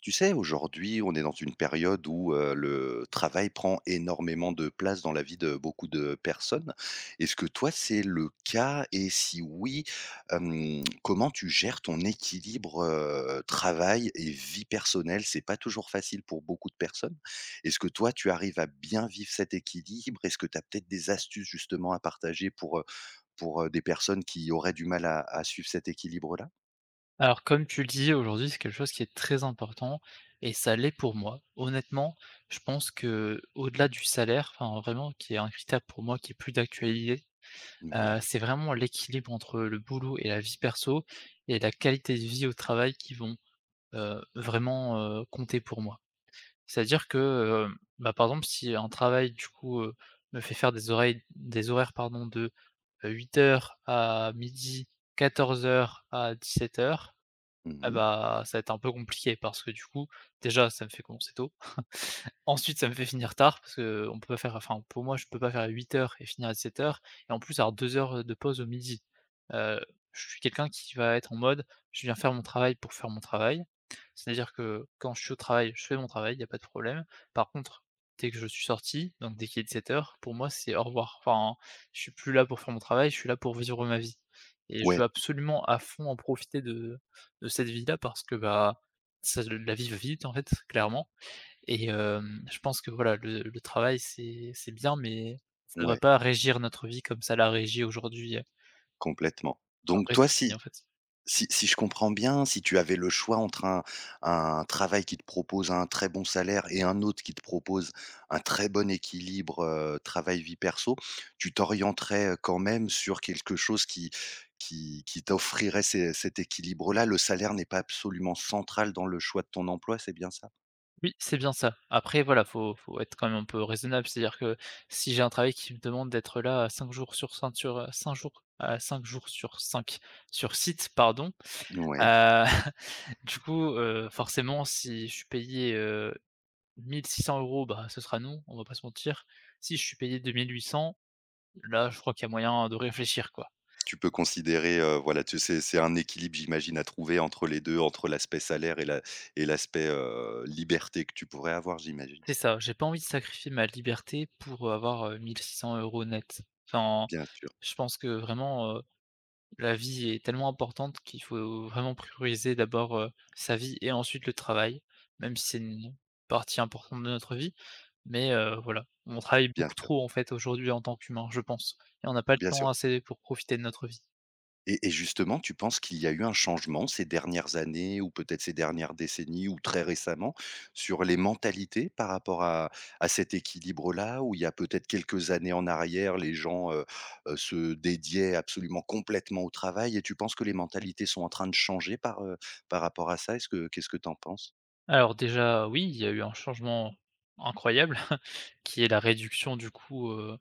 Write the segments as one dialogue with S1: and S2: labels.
S1: Tu sais, aujourd'hui, on est dans une période où le travail prend énormément de place dans la vie de beaucoup de personnes. Est-ce que toi, c'est le cas? Et si oui, comment tu gères ton équilibre, travail et vie personnelle? C'est pas toujours facile pour beaucoup de personnes. Est-ce que toi, tu arrives à bien vivre cet équilibre? Est-ce que tu as peut-être des astuces justement à partager pour des personnes qui auraient du mal à suivre cet équilibre-là?
S2: Alors, comme tu le dis, aujourd'hui, c'est quelque chose qui est très important et ça l'est pour moi. Honnêtement, je pense que, au delà du salaire, vraiment, qui est un critère pour moi qui est plus d'actualité,
S1: Ouais.
S2: c'est vraiment l'équilibre entre le boulot et la vie perso et la qualité de vie au travail qui vont, vraiment, compter pour moi. C'est-à-dire que, bah, par exemple, si un travail, du coup, me fait faire des oreilles des horaires, pardon, de, huit heures à midi, quatorze heures à dix-sept heures. Ah
S1: Mmh.
S2: bah, ça va être un peu compliqué parce que du coup, déjà, ça me fait commencer tôt. Ensuite, ça me fait finir tard parce que on peut pas faire enfin, pour moi, je peux pas faire huit heures et finir à sept heures et en plus avoir 2 heures, de pause au midi. Heu, je suis quelqu'un qui va être en mode: «Je viens faire mon travail pour faire mon travail». C'est-à-dire que quand je suis au travail, je fais mon travail, il y a pas de problème. Par contre, dès que je suis sorti, donc dès qu'il est sept heures pour moi, c'est au revoir. Enfin, je suis plus là pour faire mon travail, je suis là pour vivre ma vie et je veux
S1: Ouais,
S2: absolument à fond en profiter de cette vie-là parce que, bah, ça la vie va vite, en fait, clairement. Et je pense que voilà, le travail, c'est bien, mais ça ne devrait
S1: ouais.
S2: pas régir notre vie comme ça la régit aujourd'hui,
S1: Complètement.
S2: un
S1: Donc
S2: vrai
S1: toi,
S2: souci,
S1: si
S2: en fait.
S1: si si je comprends bien, si tu avais le choix entre un travail qui te propose un très bon salaire et un autre qui te propose un très bon équilibre, travail vie perso, tu t'orienterais, quand même sur quelque chose qui t'offrirait ces cet équilibre-là? Le salaire n'est pas absolument central dans le choix de ton emploi, c'est bien ça?
S2: Oui, c'est bien ça. Après voilà, faut être quand même un peu raisonnable, c'est-à-dire que si j'ai un travail qui me demande d'être là, cinq jours sur 5 sur, heu, jours, heu, 5 jours sur 5 sur site, pardon,
S1: Ouais.
S2: heu, du coup, forcément, si je suis payé, 1 600 €, bah, ce sera non, on va pas se mentir. Si je suis payé 2 800, là, je crois qu'il y a moyen de réfléchir, quoi.
S1: Tu peux considérer, voilà, tu c'est un équilibre j'imagine à trouver entre les 2, entre l'aspect salaire et la et l'aspect, liberté que tu pourrais avoir j'imagine?
S2: C'est ça, j'ai pas envie de sacrifier ma liberté pour, avoir, mille six cents euros net. Enfin,
S1: Bien sûr,
S2: je pense que vraiment, la vie est tellement importante qu'il faut vraiment prioriser d'abord, sa vie et ensuite le travail, même si c'est une partie importante de notre vie. Mais, voilà, on travaille
S1: bien
S2: beaucoup
S1: sûr,
S2: trop en fait aujourd'hui en tant qu'humain, je pense et on n'a pas le
S1: bien sûr.
S2: temps assez pour profiter de notre vie.
S1: Et justement, tu penses qu'il y a eu un changement ces dernières années ou peut-être ces dernières décennies ou très récemment sur les mentalités par rapport à cet équilibre-là? Où il y a peut-être quelques années en arrière, les gens, se dédiaient absolument complètement au travail et tu penses que les mentalités sont en train de changer par rapport à ça? Est-ce que qu'est-ce que tu en penses?
S2: Alors déjà, oui, il y a eu un changement incroyable qui est la réduction du coût. heu,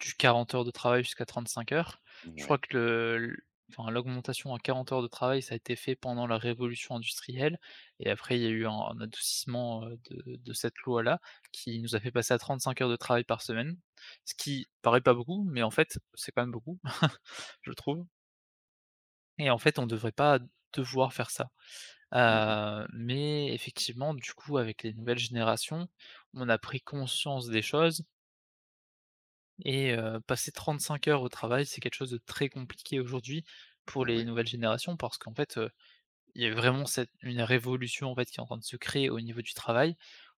S2: du 40 heures de travail jusqu'à 35 heures. Je crois
S1: Ouais,
S2: que l'augmentation à 40 heures de travail, ça a été fait pendant la révolution industrielle et après il y a eu un adoucissement, de cette loi-là qui nous a fait passer à 35 heures de travail par semaine, ce qui paraît pas beaucoup, mais en fait, c'est quand même beaucoup, je trouve et en fait, on ne devrait pas devoir faire ça.
S1: ouais,
S2: Mais effectivement, du coup, avec les nouvelles générations, on a pris conscience des choses. Et passer 35 heures au travail, c'est quelque chose de très compliqué aujourd'hui pour les
S1: ouais.
S2: nouvelles générations parce qu'en fait, il y a vraiment cette une révolution, en fait, qui est en train de se créer au niveau du travail.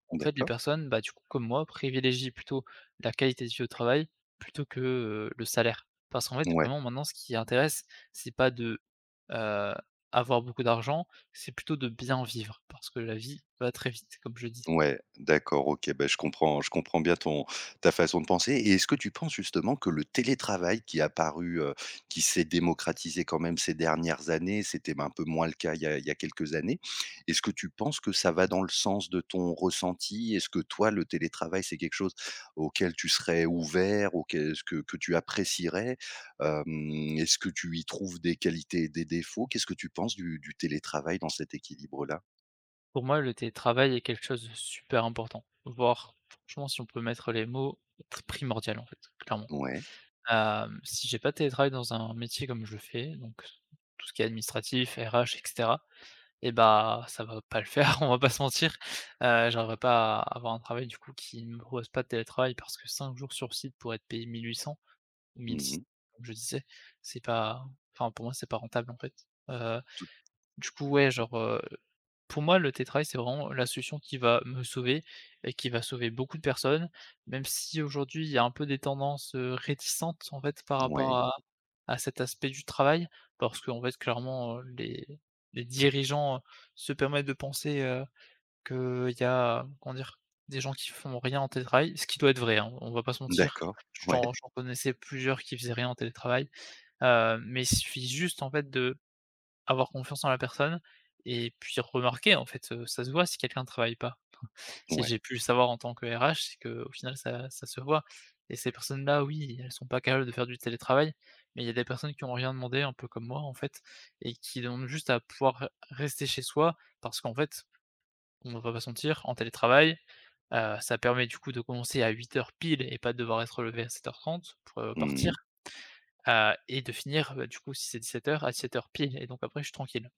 S2: En fait, les
S1: D'accord.
S2: personnes, bah, du coup, comme moi, privilégient plutôt la qualité de vie au travail plutôt que, le salaire. Parce qu'en fait,
S1: Ouais.
S2: vraiment, maintenant, ce qui intéresse, c'est pas de, heu, avoir beaucoup d'argent, c'est plutôt de bien vivre parce que la vie va très vite, comme je dis.
S1: Ouais, d'accord, OK, Ben, je comprends bien ton ta façon de penser. Et est-ce que tu penses justement que le télétravail qui est apparu, qui s'est démocratisé quand même ces dernières années, c'était un peu moins le cas il y a quelques années. Est-ce que tu penses que ça va dans le sens de ton ressenti? Est-ce que toi, le télétravail, c'est quelque chose auquel tu serais ouvert, auquel ce que tu apprécierais? Est-ce que tu y trouves des qualités et des défauts? Qu'est-ce que tu penses du télétravail dans cet équilibre-là?
S2: Pour moi, le télétravail est quelque chose de super important, voire franchement, si on peut mettre les mots, tr primordial, en fait, clairement.
S1: Ouais.
S2: Si j'ai pas de télétravail dans un métier comme je le fais, donc tout ce qui est administratif, RH et cetera et bah, ça va pas le faire, on va pas se mentir. J'arriverai pas à avoir un travail du coup qui ne me propose pas de télétravail parce que 5 jours sur site pour être payé 1 800 ou 1 600
S1: Mmh.
S2: comme je disais, c'est pas enfin pour moi, c'est pas rentable en fait. Heu
S1: Tout
S2: du coup,
S1: ouais.
S2: ouais, pour moi, le télétravail, c'est vraiment la solution qui va me sauver et qui va sauver beaucoup de personnes, même si aujourd'hui, il y a un peu des tendances, réticentes, en fait, par
S1: Ouais,
S2: rapport à cet aspect du travail. Parce qu'en fait, clairement, les dirigeants, se permettent de penser, qu'il y a, comment dire? Des gens qui font rien en télétravail, ce qui doit être vrai, hein, on va pas se mentir.
S1: d'accord,
S2: Je
S1: ouais,
S2: t'en J'en connaissais plusieurs qui faisaient rien en télétravail, mais il suffit juste, en fait, de avoir confiance en la personne et puis remarquer, en fait, ça se voit si quelqu'un ne travaille pas. Si
S1: ouais.
S2: j'ai pu le savoir en tant que RH, c'est que au final ça se voit et ces personnes-là, oui, elles sont pas capables de faire du télétravail, mais il y a des personnes qui ont rien demandé, un peu comme moi, en fait et qui demandent juste à pouvoir rester chez soi parce qu'en fait, on ne va pas se mentir, en télétravail, ça permet du coup de commencer à huit heures pile et pas de devoir être levé à sept heures trente pour,
S1: Mmh
S2: partir,
S1: mh.
S2: et de finir, bah, du coup si c'est dix-sept heures à sept heures pile et donc après je suis tranquille.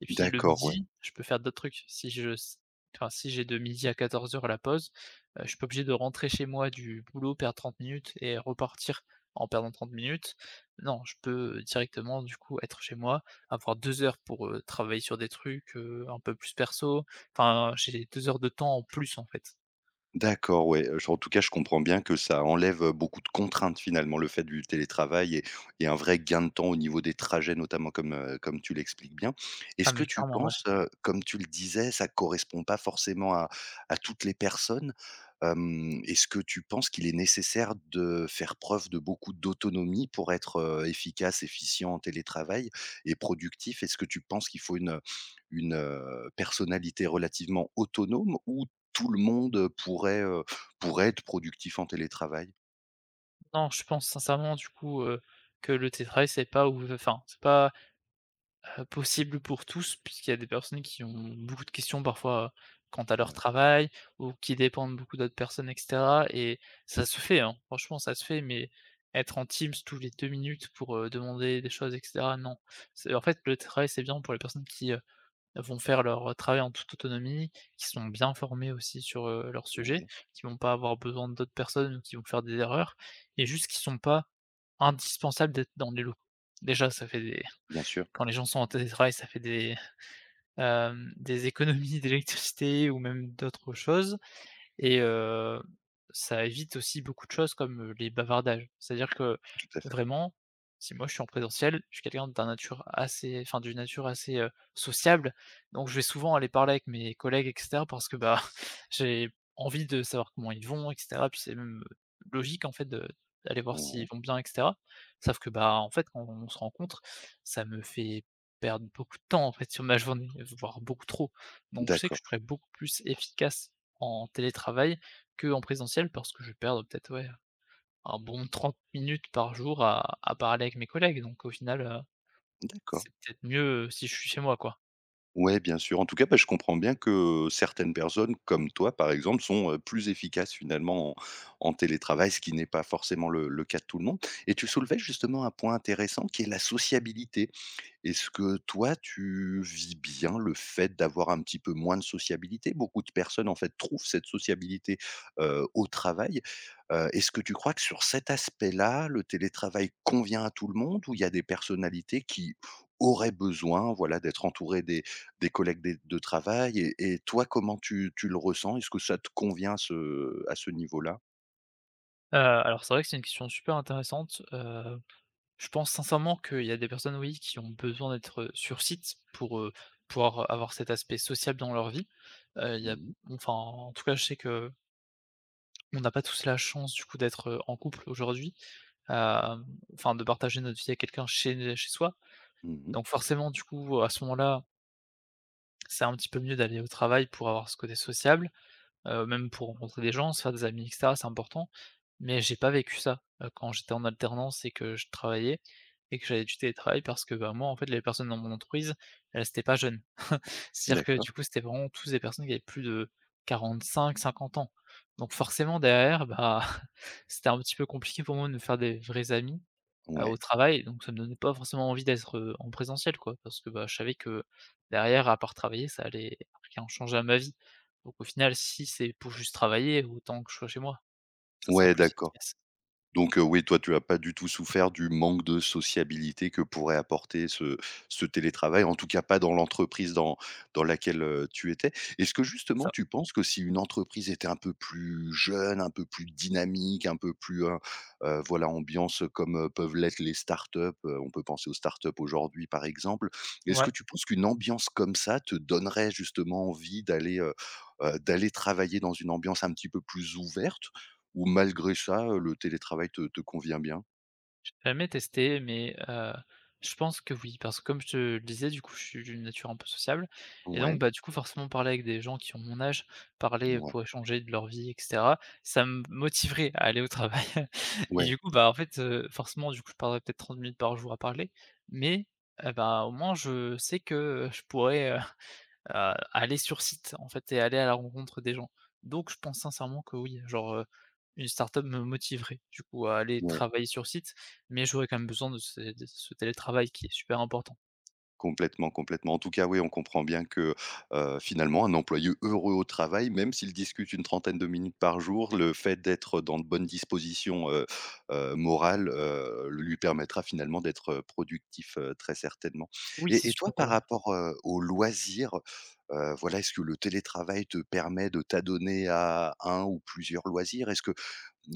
S2: Et puis le
S1: D'accord, ouais.
S2: midi, je peux faire d'autres trucs. Si je s enfin, Si j'ai de midi à 14h la pause, je suis pas obligé de rentrer chez moi du boulot, perdre 30 minutes et repartir en perdant 30 minutes. Non, je peux directement, du coup, être chez moi, avoir 2 heures pour, travailler sur des trucs, un peu plus perso. Enfin, j'ai 2 heures de temps en plus, en fait.
S1: D'accord, ouais, je en tout cas, je comprends bien que ça enlève, beaucoup de contraintes finalement, le fait du télétravail et un vrai gain de temps au niveau des trajets notamment comme tu l'expliques bien. Est-ce
S2: Ah
S1: que
S2: mais
S1: tu
S2: clairement, ouais.
S1: penses, comme tu le disais, ça correspond pas forcément à toutes les personnes, est-ce que tu penses qu'il est nécessaire de faire preuve de beaucoup d'autonomie pour être, efficace, efficient en télétravail et productif? Est-ce que tu penses qu'il faut une personnalité relativement autonome, ou tout le monde pourrait être productif en télétravail.
S2: Non, je pense sincèrement, du coup, que le télétravail, c'est pas possible pour tous, puisqu'il y a des personnes qui ont beaucoup de questions parfois, quant à leur
S1: Ouais,
S2: travail ou qui dépendent beaucoup d'autres personnes et cetera et ça se fait, hein, franchement ça se fait, mais être en Teams tous les 2 minutes pour, demander des choses et cetera, non. C'est en fait, le travail, c'est bien pour les personnes qui, vont faire leur travail en toute autonomie, qui sont bien formées aussi sur, leur sujet,
S1: ouais,
S2: qui vont pas avoir besoin d'autres personnes ou qui vont faire des erreurs et juste qui sont pas indispensables d'être dans les locaux. Déjà, ça fait des
S1: bien sûr,
S2: quand les gens sont en télétravail, ça fait des, des économies d'électricité ou même d'autres choses. Et ça évite aussi beaucoup de choses comme, les bavardages. C'est-à-dire que
S1: tout à fait.
S2: vraiment, si moi je suis en présentiel, je suis quelqu'un d'une nature assez, sociable, donc je vais souvent aller parler avec mes collègues et cetera parce que, bah, j'ai envie de savoir comment ils vont et cetera. Puis c'est même, logique en fait de d'aller voir s'ils
S1: Ouais.
S2: vont bien et cetera. Sauf que, bah, en fait, quand on se rencontre, ça me fait perdre beaucoup de temps en fait sur ma journée, voire beaucoup trop. Donc je sais que je
S1: D'accord,
S2: serais beaucoup plus efficace en télétravail qu'en présentiel parce que je vais perdre peut-être, ouais, un bon 30 minutes par jour à parler avec mes collègues donc au final,
S1: d'accord.
S2: c'est peut-être mieux, si je suis chez moi, quoi.
S1: Ouais, bien sûr. En tout cas, bah, je comprends bien que certaines personnes, comme toi par exemple, sont, plus efficaces finalement en télétravail, ce qui n'est pas forcément le cas de tout le monde, et tu soulevais justement un point intéressant qui est la sociabilité. Est-ce que toi, tu vis bien le fait d'avoir un petit peu moins de sociabilité? Beaucoup de personnes, en fait, trouvent cette sociabilité, au travail. Est-ce que tu crois que sur cet aspect-là, le télétravail convient à tout le monde, ou il y a des personnalités qui auraient besoin, voilà, d'être entourées des collègues des de travail, et toi, comment tu tu le ressens? Est-ce que ça te convient à ce niveau-là?
S2: Alors c'est vrai que c'est une question super intéressante, je pense sincèrement qu'il y a des personnes, oui, qui ont besoin d'être, sur site pour, pouvoir avoir cet aspect social dans leur vie. Il y a
S1: Mmh mh.
S2: enfin, en tout cas, je sais que on n'a pas tous la chance du coup d'être, en couple aujourd'hui, hem, enfin de partager notre vie avec quelqu'un chez soi.
S1: Mmh.
S2: Donc forcément, du coup, à ce moment-là, c'est un petit peu mieux d'aller au travail pour avoir ce côté sociable, même pour rencontrer des gens, se faire des amis et cetera, c'est important. Mais j'ai pas vécu ça, quand j'étais en alternance et que je travaillais et que j'avais du télétravail parce que, bah, moi, en fait, les personnes dans mon entreprise, elles étaient pas jeunes. C'est-à-dire que,
S1: D'accord.
S2: du coup, c'était vraiment tous des personnes qui avaient plus de 45-50 ans. Donc forcément derrière, bah, c'était un petit peu compliqué pour moi de me faire des vrais amis, au
S1: Ouais.
S2: travail. Donc ça me donnait pas forcément envie d'être, en présentiel quoi, parce que, bah, je savais que derrière, à part travailler, ça allait rien changer à ma vie. Donc au final, si c'est pour juste travailler, autant que je sois chez moi, ça sera
S1: Ouais,
S2: plus
S1: d'accord.
S2: efficace.
S1: Donc, oui, toi, tu n'as pas du tout souffert du manque de sociabilité que pourrait apporter ce télétravail, en tout cas pas dans l'entreprise dans laquelle, tu étais. Est-ce que
S2: C'est
S1: justement
S2: ça.
S1: tu penses que si une entreprise était un peu plus jeune, un peu plus dynamique, un peu plus, voilà, ambiance comme peuvent l'être les startups, on peut penser aux startups aujourd'hui par exemple. Est-ce
S2: Ouais.
S1: que tu penses qu'une ambiance comme ça te donnerait justement envie d'aller travailler dans une ambiance un petit peu plus ouverte? Ou malgré ça, le télétravail te convient bien?
S2: Jamais testé, mais je pense que oui, parce que comme je te le disais, du coup, je suis d'une nature un peu sociable. Et donc
S1: Ouais,
S2: bah, du coup, forcément, parler avec des gens qui ont mon âge, parler
S1: ouais,
S2: pour échanger de leur vie et cetera, ça me motiverait à aller au travail et
S1: ouais,
S2: du coup, bah, en fait, forcément, du coup, je parlerais peut-être 30 minutes par jour à parler, mais bah, au moins je sais que, je pourrais, aller sur site, en fait et aller à la rencontre des gens. Donc je pense sincèrement que oui, genre, une startup me motiverait du coup à aller
S1: ouais,
S2: travailler sur site, mais j'aurais quand même besoin de ce télétravail qui est super important.
S1: complètement, complètement. En tout cas, oui, on comprend bien que, finalement, un employé heureux au travail, même s'il discute une trentaine de minutes par jour, le fait d'être dans de bonnes dispositions morales, lui permettra finalement d'être, productif, très certainement.
S2: Oui,
S1: Et
S2: c'est
S1: et toi,
S2: sûr,
S1: par
S2: voilà.
S1: rapport, aux loisirs, voilà, est-ce que le télétravail te permet de t'adonner à un ou plusieurs loisirs? Est-ce que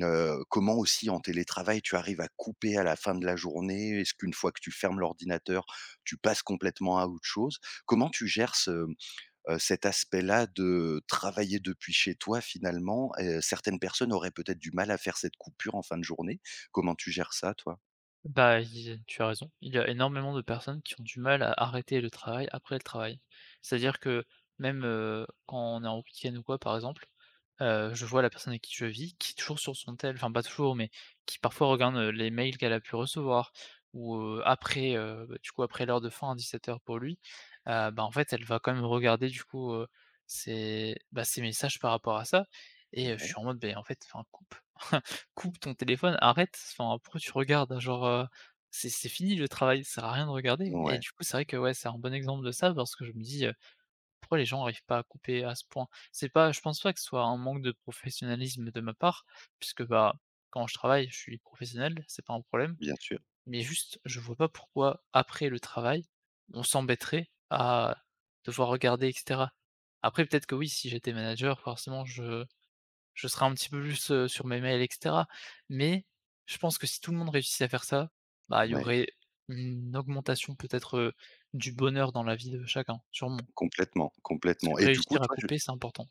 S1: Comment aussi en télétravail tu arrives à couper à la fin de la journée? Est-ce qu'une fois que tu fermes l'ordinateur, tu passes complètement à autre chose? Comment tu gères cet aspect-là de travailler depuis chez toi finalement? Certaines personnes auraient peut-être du mal à faire cette coupure en fin de journée. Comment tu gères ça toi?
S2: Bah, il tu as raison, il y a énormément de personnes qui ont du mal à arrêter le travail après le travail. C'est-à-dire que même, quand on est en week-end ou quoi par exemple. Je vois la personne avec qui je vis qui est toujours sur son tel, enfin pas toujours, mais qui parfois regarde, les mails qu'elle a pu recevoir, ou, après, bah, du coup après l'heure de fin à 17:00 pour lui, bah, en fait elle va quand même regarder du coup, ses messages par rapport à ça. Et je suis
S1: Ouais,
S2: en mode: ben en fait, enfin coupe, coupe ton téléphone, arrête, enfin pourquoi tu regardes? Hein, genre, c'est fini le travail, ça sert à rien de regarder» et
S1: ouais,
S2: du coup, c'est vrai que ouais, c'est un bon exemple de ça parce que je me dis, pourquoi les gens n'arrivent pas à couper à ce point? C'est pas Je pense pas que ce soit un manque de professionnalisme de ma part, puisque, bah, quand je travaille, je suis professionnel, c'est pas un problème,
S1: bien sûr.
S2: mais juste, je vois pas pourquoi, après le travail, on s'embêterait à devoir regarder et cetera. Après peut-être que oui, si j'étais manager, forcément je serais un petit peu plus, sur mes mails et cetera, mais je pense que si tout le monde réussissait à faire ça, bah, il y
S1: Ouais,
S2: aurait une augmentation peut-être, du bonheur dans la vie de chacun, sûrement.
S1: complètement,
S2: Parce
S1: complètement,
S2: que
S1: et du coup
S2: réussir à
S1: toi je.
S2: couper, c'est important.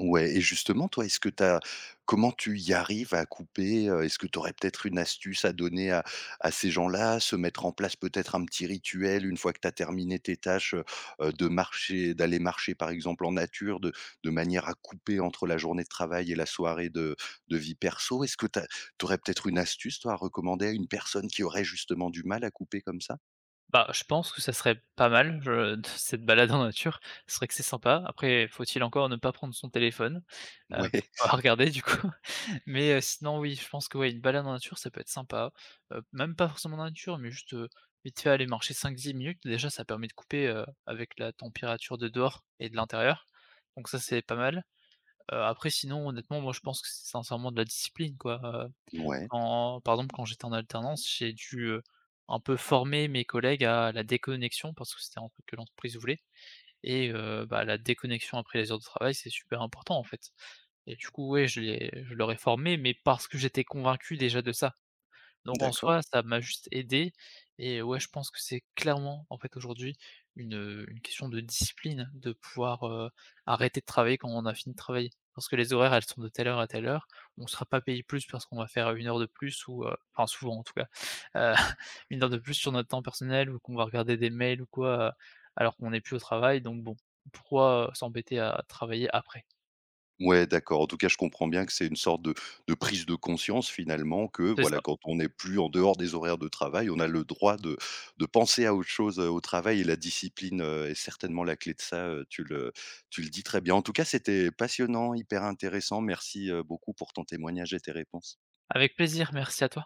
S1: Ouais, et justement toi, est-ce que tu as comment tu y arrives à couper? Est-ce que tu aurais peut-être une astuce à donner à ces gens-là? Se mettre en place peut-être un petit rituel une fois que tu as terminé tes tâches, de marcher d'aller marcher par exemple en nature, de manière à couper entre la journée de travail et la soirée de vie perso? Est-ce que tu aurais peut-être une astuce toi à recommander à une personne qui aurait justement du mal à couper comme ça?
S2: Bah, je pense que ça serait pas mal, je cette balade en nature, c'est vrai que c'est sympa. Après, faut-il encore ne pas prendre son téléphone,
S1: Ouais.
S2: pour pas regarder du coup. Mais, sinon oui, je pense que ouais, une balade en nature, ça peut être sympa. Même pas forcément en nature, mais juste, vite fait aller marcher 5, 10 minutes, déjà ça permet de couper, avec la température de dehors et de l'intérieur. Donc ça, c'est pas mal. Après sinon honnêtement, moi je pense que c'est sincèrement de la discipline quoi. heu,
S1: Ouais,
S2: Quand par exemple quand j'étais en alternance, j'ai dû, un peu former mes collègues à la déconnexion parce que c'était un truc que l'entreprise voulait. Et bah, la déconnexion après les heures de travail, c'est super important en fait. Et du coup ouais, je leur ai formés mais parce que j'étais convaincu déjà de ça. Donc en
S1: d'accord.
S2: soi, ça m'a juste aidé. Et ouais, je pense que c'est clairement, en fait, aujourd'hui, une question de discipline de pouvoir, arrêter de travailler quand on a fini de travailler. Parce que les horaires, elles sont de telle heure à telle heure. On ne sera pas payé plus parce qu'on va faire 1 heure de plus ou enfin souvent en tout cas, heu, 1 heure de plus sur notre temps personnel ou qu'on va regarder des mails ou quoi, alors qu'on n'est plus au travail donc bon, pourquoi, s'embêter à travailler après?
S1: Ouais, d'accord. En tout cas, je comprends bien que c'est une sorte de prise de conscience finalement que,
S2: C'est ça.
S1: voilà, quand on n'est plus en dehors des horaires de travail, on a le droit de penser à autre chose, au travail, et la discipline, est certainement la clé de ça, tu le dis très bien. En tout cas, c'était passionnant, hyper intéressant. Merci, beaucoup pour ton témoignage et tes réponses.
S2: Avec plaisir, merci à toi.